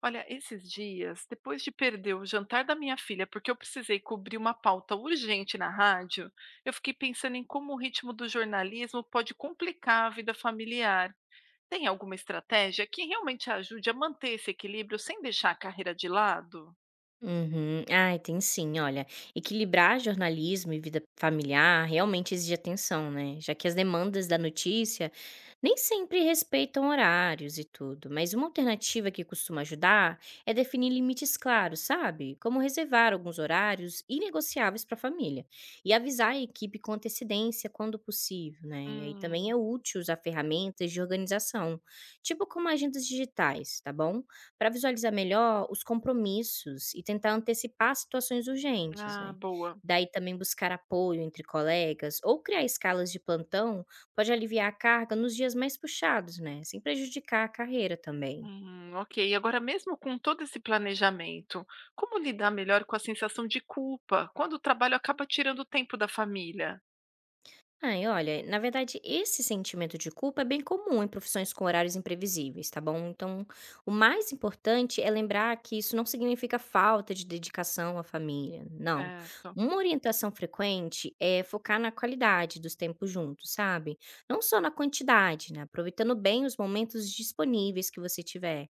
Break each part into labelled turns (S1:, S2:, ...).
S1: Olha, esses dias, depois de perder o jantar da minha filha, porque eu precisei cobrir uma pauta urgente na rádio, eu fiquei pensando em como o ritmo do jornalismo pode complicar a vida familiar. Tem alguma estratégia que realmente ajude a manter esse equilíbrio sem deixar a carreira de lado?
S2: Uhum. Ai, tem sim, olha. Equilibrar jornalismo e vida familiar realmente exige atenção, né? Já que as demandas da notícia nem sempre respeitam horários e tudo. Mas uma alternativa que costuma ajudar é definir limites claros, sabe? Como reservar alguns horários inegociáveis para a família e avisar a equipe com antecedência quando possível, né? E aí também
S1: Hum,
S2: é útil usar ferramentas de organização, tipo como agendas digitais, tá bom? Para visualizar melhor os compromissos e tentar antecipar situações urgentes,
S1: ah,
S2: né.
S1: boa.
S2: Daí também buscar apoio entre colegas ou criar escalas de plantão pode aliviar a carga nos dias mais puxados, né, sem prejudicar a carreira também.
S1: Ok, agora mesmo com todo esse planejamento, como lidar melhor com a sensação de culpa quando o trabalho acaba tirando o tempo da família?
S2: Ai, olha, na verdade, esse sentimento de culpa é bem comum em profissões com horários imprevisíveis, tá bom? Então, o mais importante é lembrar que isso não significa falta de dedicação à família, não.
S1: Certo.
S2: Uma orientação frequente é focar na qualidade dos tempos juntos, sabe? Não só na quantidade, né? Aproveitando bem os momentos disponíveis que você tiver.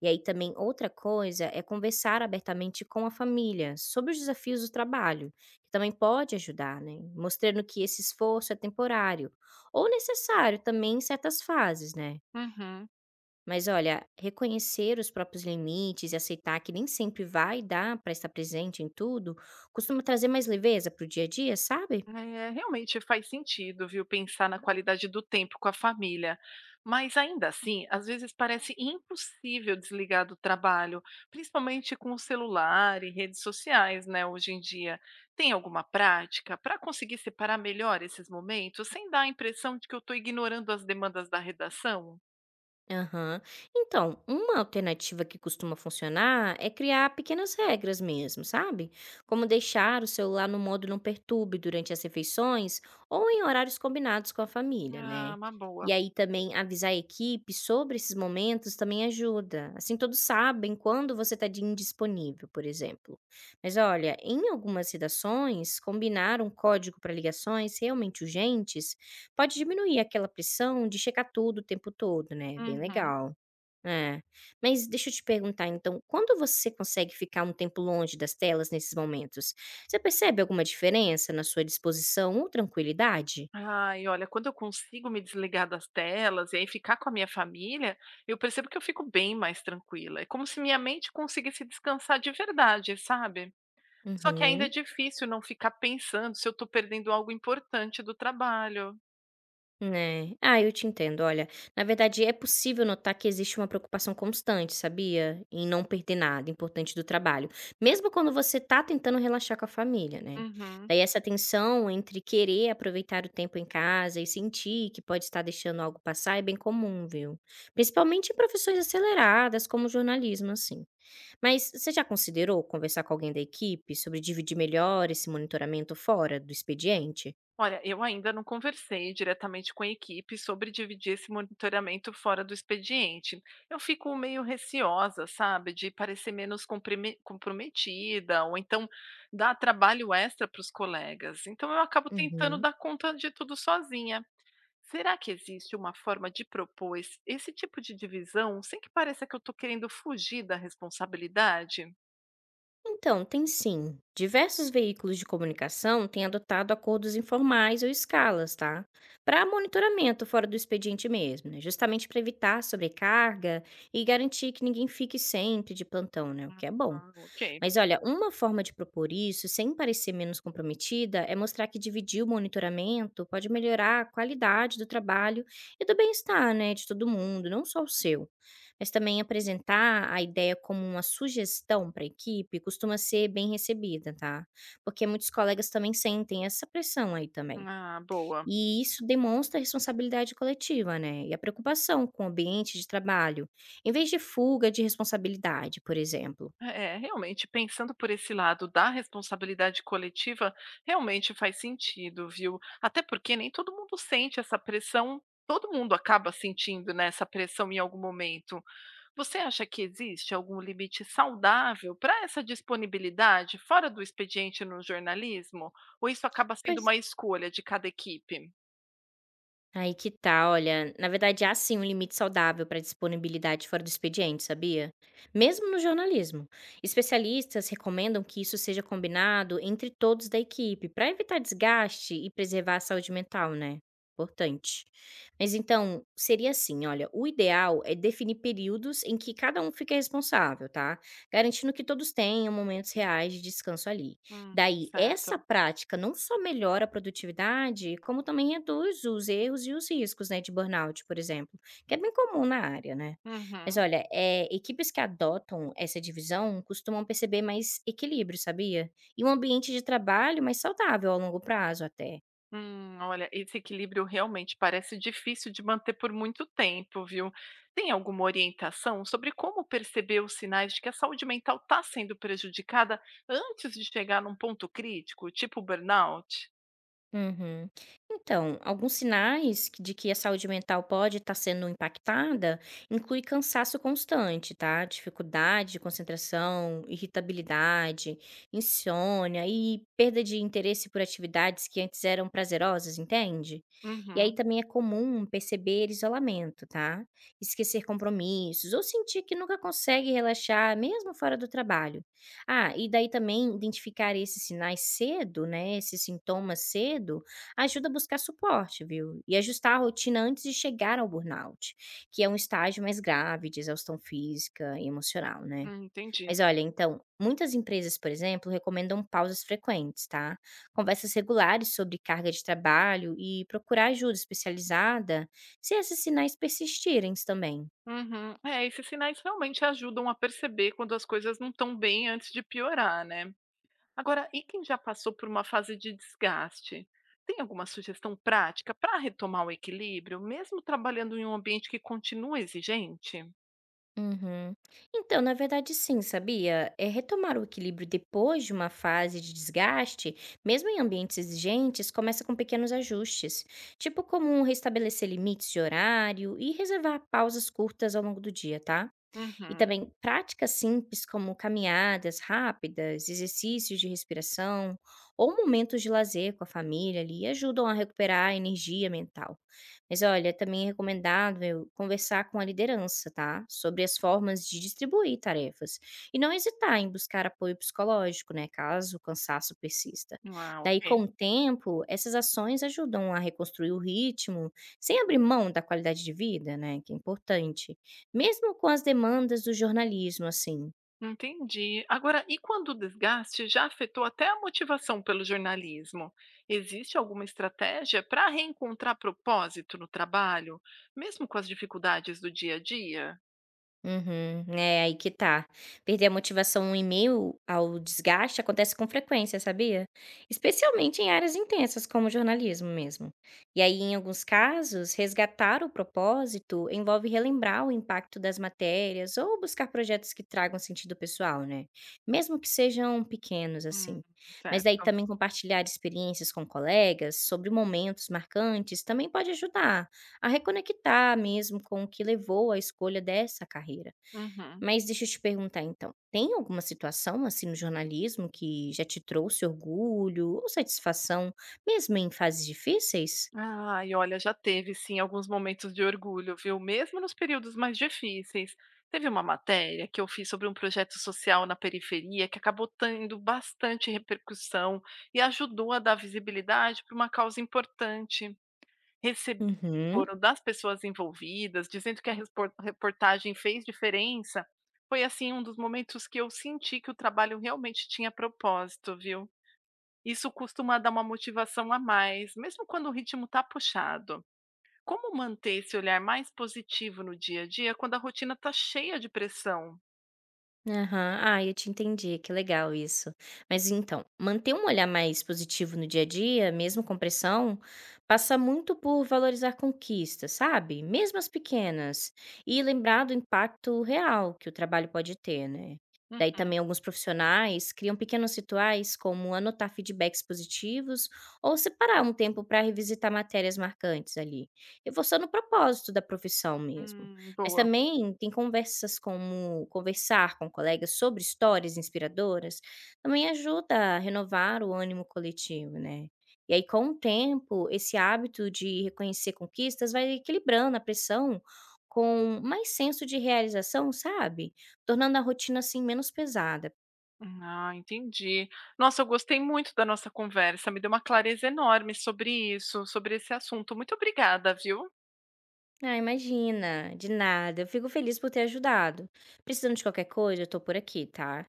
S2: E aí também outra coisa é conversar abertamente com a família sobre os desafios do trabalho, que também pode ajudar, né? Mostrando que esse esforço é temporário ou necessário também em certas fases, né?
S1: Uhum.
S2: Mas olha, reconhecer os próprios limites e aceitar que nem sempre vai dar para estar presente em tudo, costuma trazer mais leveza para o dia a dia, sabe?
S1: É, realmente faz sentido, viu, pensar na qualidade do tempo com a família. Mas ainda assim, às vezes parece impossível desligar do trabalho, principalmente com o celular e redes sociais, né, hoje em dia. Tem alguma prática para conseguir separar melhor esses momentos, sem dar a impressão de que eu estou ignorando as demandas da redação?
S2: Aham. Então, uma alternativa que costuma funcionar é criar pequenas regras mesmo, sabe? Como deixar o celular no modo não perturbe durante as refeições ou em horários combinados com a família,
S1: Ah,
S2: né?
S1: uma boa.
S2: E aí também avisar a equipe sobre esses momentos também ajuda. Assim todos sabem quando você está indisponível, por exemplo. Mas olha, em algumas redações, combinar um código para ligações realmente urgentes pode diminuir aquela pressão de checar tudo o tempo todo, né, bem
S1: Uhum.
S2: legal. É. Mas deixa eu te perguntar então, quando você consegue ficar um tempo longe das telas nesses momentos, você percebe alguma diferença na sua disposição ou tranquilidade?
S1: Ai, olha, quando eu consigo me desligar das telas e aí ficar com a minha família, eu percebo que eu fico bem mais tranquila. É como se minha mente conseguisse descansar de verdade, sabe? Só que ainda é
S2: Uhum.
S1: difícil não ficar pensando se eu tô perdendo algo importante do trabalho.
S2: Né. Ah, eu te entendo, olha, na verdade é possível notar que existe uma preocupação constante, sabia? Em não perder nada importante do trabalho, mesmo quando você tá tentando relaxar com a família, né.
S1: Uhum.
S2: Daí essa tensão entre querer aproveitar o tempo em casa e sentir que pode estar deixando algo passar é bem comum, viu? Principalmente em profissões aceleradas, como jornalismo, assim. Mas você já considerou conversar com alguém da equipe sobre dividir melhor esse monitoramento fora do expediente?
S1: Olha, eu ainda não conversei diretamente com a equipe sobre dividir esse monitoramento fora do expediente. Eu fico meio receosa, sabe, de parecer menos comprometida, ou então dar trabalho extra para os colegas. Então eu acabo tentando
S2: Uhum.
S1: dar conta de tudo sozinha. Será que existe uma forma de propor esse tipo de divisão sem que pareça que eu estou querendo fugir da responsabilidade?
S2: Então, tem sim. Diversos veículos de comunicação têm adotado acordos informais ou escalas, tá? Para monitoramento fora do expediente mesmo, né? Justamente para evitar sobrecarga e garantir que ninguém fique sempre de plantão, né? O que é bom.
S1: Ah, ok.
S2: Mas olha, uma forma de propor isso, sem parecer menos comprometida, é mostrar que dividir o monitoramento pode melhorar a qualidade do trabalho e do bem-estar, né, de todo mundo, não só o seu. Mas também apresentar a ideia como uma sugestão para a equipe costuma ser bem recebida, tá? Porque muitos colegas também sentem essa pressão aí também.
S1: Ah, boa.
S2: E isso demonstra a responsabilidade coletiva, né? E a preocupação com o ambiente de trabalho, em vez de fuga de responsabilidade, por exemplo.
S1: É, realmente, pensando por esse lado da responsabilidade coletiva, realmente faz sentido, viu? Até porque nem todo mundo sente essa pressão, todo mundo acaba sentindo, né, essa pressão em algum momento. Você acha que existe algum limite saudável para essa disponibilidade fora do expediente no jornalismo? Ou isso acaba sendo
S2: Pois,
S1: uma escolha de cada equipe?
S2: aí que tá, olha, na verdade há sim um limite saudável para disponibilidade fora do expediente, sabia? Mesmo no jornalismo. Especialistas recomendam que isso seja combinado entre todos da equipe, para evitar desgaste e preservar a saúde mental, né? Importante. Mas então, seria assim, olha, o ideal é definir períodos em que cada um fica responsável, tá? Garantindo que todos tenham momentos reais de descanso ali.
S1: Hum,
S2: Daí, essa
S1: certo.
S2: prática não só melhora a produtividade, como também reduz os erros e os riscos, né, de burnout, por exemplo, que é bem comum na área, né. Mas
S1: Uhum.
S2: olha, é equipes que adotam essa divisão costumam perceber mais equilíbrio, sabia? E um ambiente de trabalho mais saudável a longo prazo até.
S1: Olha, esse equilíbrio realmente parece difícil de manter por muito tempo, viu? Tem alguma orientação sobre como perceber os sinais de que a saúde mental está sendo prejudicada antes de chegar num ponto crítico, tipo burnout?
S2: Uhum. Então, de que a saúde mental pode estar sendo impactada inclui cansaço constante, tá? Dificuldade de concentração, irritabilidade, insônia e perda de interesse por atividades que antes eram prazerosas, entende? E aí
S1: Uhum,
S2: também é comum perceber isolamento, tá? Esquecer compromissos ou sentir que nunca consegue relaxar, mesmo fora do trabalho. Ah, e daí também identificar esses sinais cedo, né, esses sintomas cedo, ajuda a buscar suporte, viu? E ajustar a rotina antes de chegar ao burnout, que é um estágio mais grave de exaustão física e emocional, né?
S1: entendi.
S2: Mas olha, então, muitas empresas, por exemplo, recomendam pausas frequentes, tá? Conversas regulares sobre carga de trabalho e procurar ajuda especializada se esses sinais persistirem também.
S1: Uhum. É, esses sinais realmente ajudam a perceber quando as coisas não estão bem antes de piorar, né? Agora, e quem já passou por uma fase de desgaste? Tem alguma sugestão prática para retomar o equilíbrio, mesmo trabalhando em um ambiente que continua exigente?
S2: Uhum. Então, na verdade, sim, sabia? É retomar o equilíbrio depois de uma fase de desgaste, mesmo em ambientes exigentes, começa com pequenos ajustes, tipo como restabelecer limites de horário e reservar pausas curtas ao longo do dia, tá? E
S1: Uhum.
S2: também práticas simples como caminhadas rápidas, exercícios de respiração ou momentos de lazer com a família ali ajudam a recuperar a energia mental. Mas olha, também é recomendável conversar com a liderança, tá? Sobre as formas de distribuir tarefas e não hesitar em buscar apoio psicológico, né, caso o cansaço persista.
S1: Ah,
S2: Daí
S1: ok.
S2: com o tempo, essas ações ajudam a reconstruir o ritmo sem abrir mão da qualidade de vida, né, que é importante. Mesmo com as demandas do jornalismo, assim.
S1: Entendi. Agora, e quando o desgaste já afetou até a motivação pelo jornalismo? Existe alguma estratégia para reencontrar propósito no trabalho, mesmo com as dificuldades do dia a dia?
S2: Uhum, é aí que tá. Perder a motivação em meio ao desgaste acontece com frequência, sabia? Especialmente em áreas intensas, como o jornalismo mesmo. E aí, em alguns casos, resgatar o propósito envolve relembrar o impacto das matérias ou buscar projetos que tragam sentido pessoal, né? Mesmo que sejam pequenos,
S1: Hum,
S2: assim. Mas daí
S1: certo.
S2: também compartilhar experiências com colegas sobre momentos marcantes também pode ajudar a reconectar mesmo com o que levou à escolha dessa carreira.
S1: Uhum.
S2: Mas deixa eu te perguntar então, tem alguma situação assim no jornalismo que já te trouxe orgulho ou satisfação, mesmo em fases difíceis?
S1: Ah, e olha, já teve sim alguns momentos de orgulho, viu? Mesmo nos períodos mais difíceis. Teve uma matéria que eu fiz sobre um projeto social na periferia que acabou tendo bastante repercussão e ajudou a dar visibilidade para uma causa importante. Recebi o
S2: Uhum.
S1: retorno das pessoas envolvidas, dizendo que a reportagem fez diferença. Foi assim um dos momentos que eu senti que o trabalho realmente tinha propósito, viu? Isso costuma dar uma motivação a mais, mesmo quando o ritmo está puxado. Como manter esse olhar mais positivo no dia a dia quando a rotina está cheia de pressão?
S2: Aham. Ah, eu te entendi, que legal isso. Mas então, manter um olhar mais positivo no dia a dia, mesmo com pressão, passa muito por valorizar conquistas, sabe? Mesmo as pequenas. E lembrar do impacto real que o trabalho pode ter, né? Daí
S1: Uhum.
S2: também alguns profissionais criam pequenos rituais, como anotar feedbacks positivos ou separar um tempo para revisitar matérias marcantes ali, reforçando o propósito da profissão mesmo. Mas
S1: Boa.
S2: também tem conversas como conversar com colegas sobre histórias inspiradoras também ajuda a renovar o ânimo coletivo, né. E aí com o tempo, esse hábito de reconhecer conquistas vai equilibrando a pressão com mais senso de realização, sabe, tornando a rotina, assim, menos pesada.
S1: Ah, entendi. Nossa, eu gostei muito da nossa conversa, me deu uma clareza enorme sobre isso, sobre esse assunto. Muito obrigada, viu?
S2: Ah, imagina, de nada, eu fico feliz por ter ajudado. Precisando de qualquer coisa, eu estou por aqui, tá.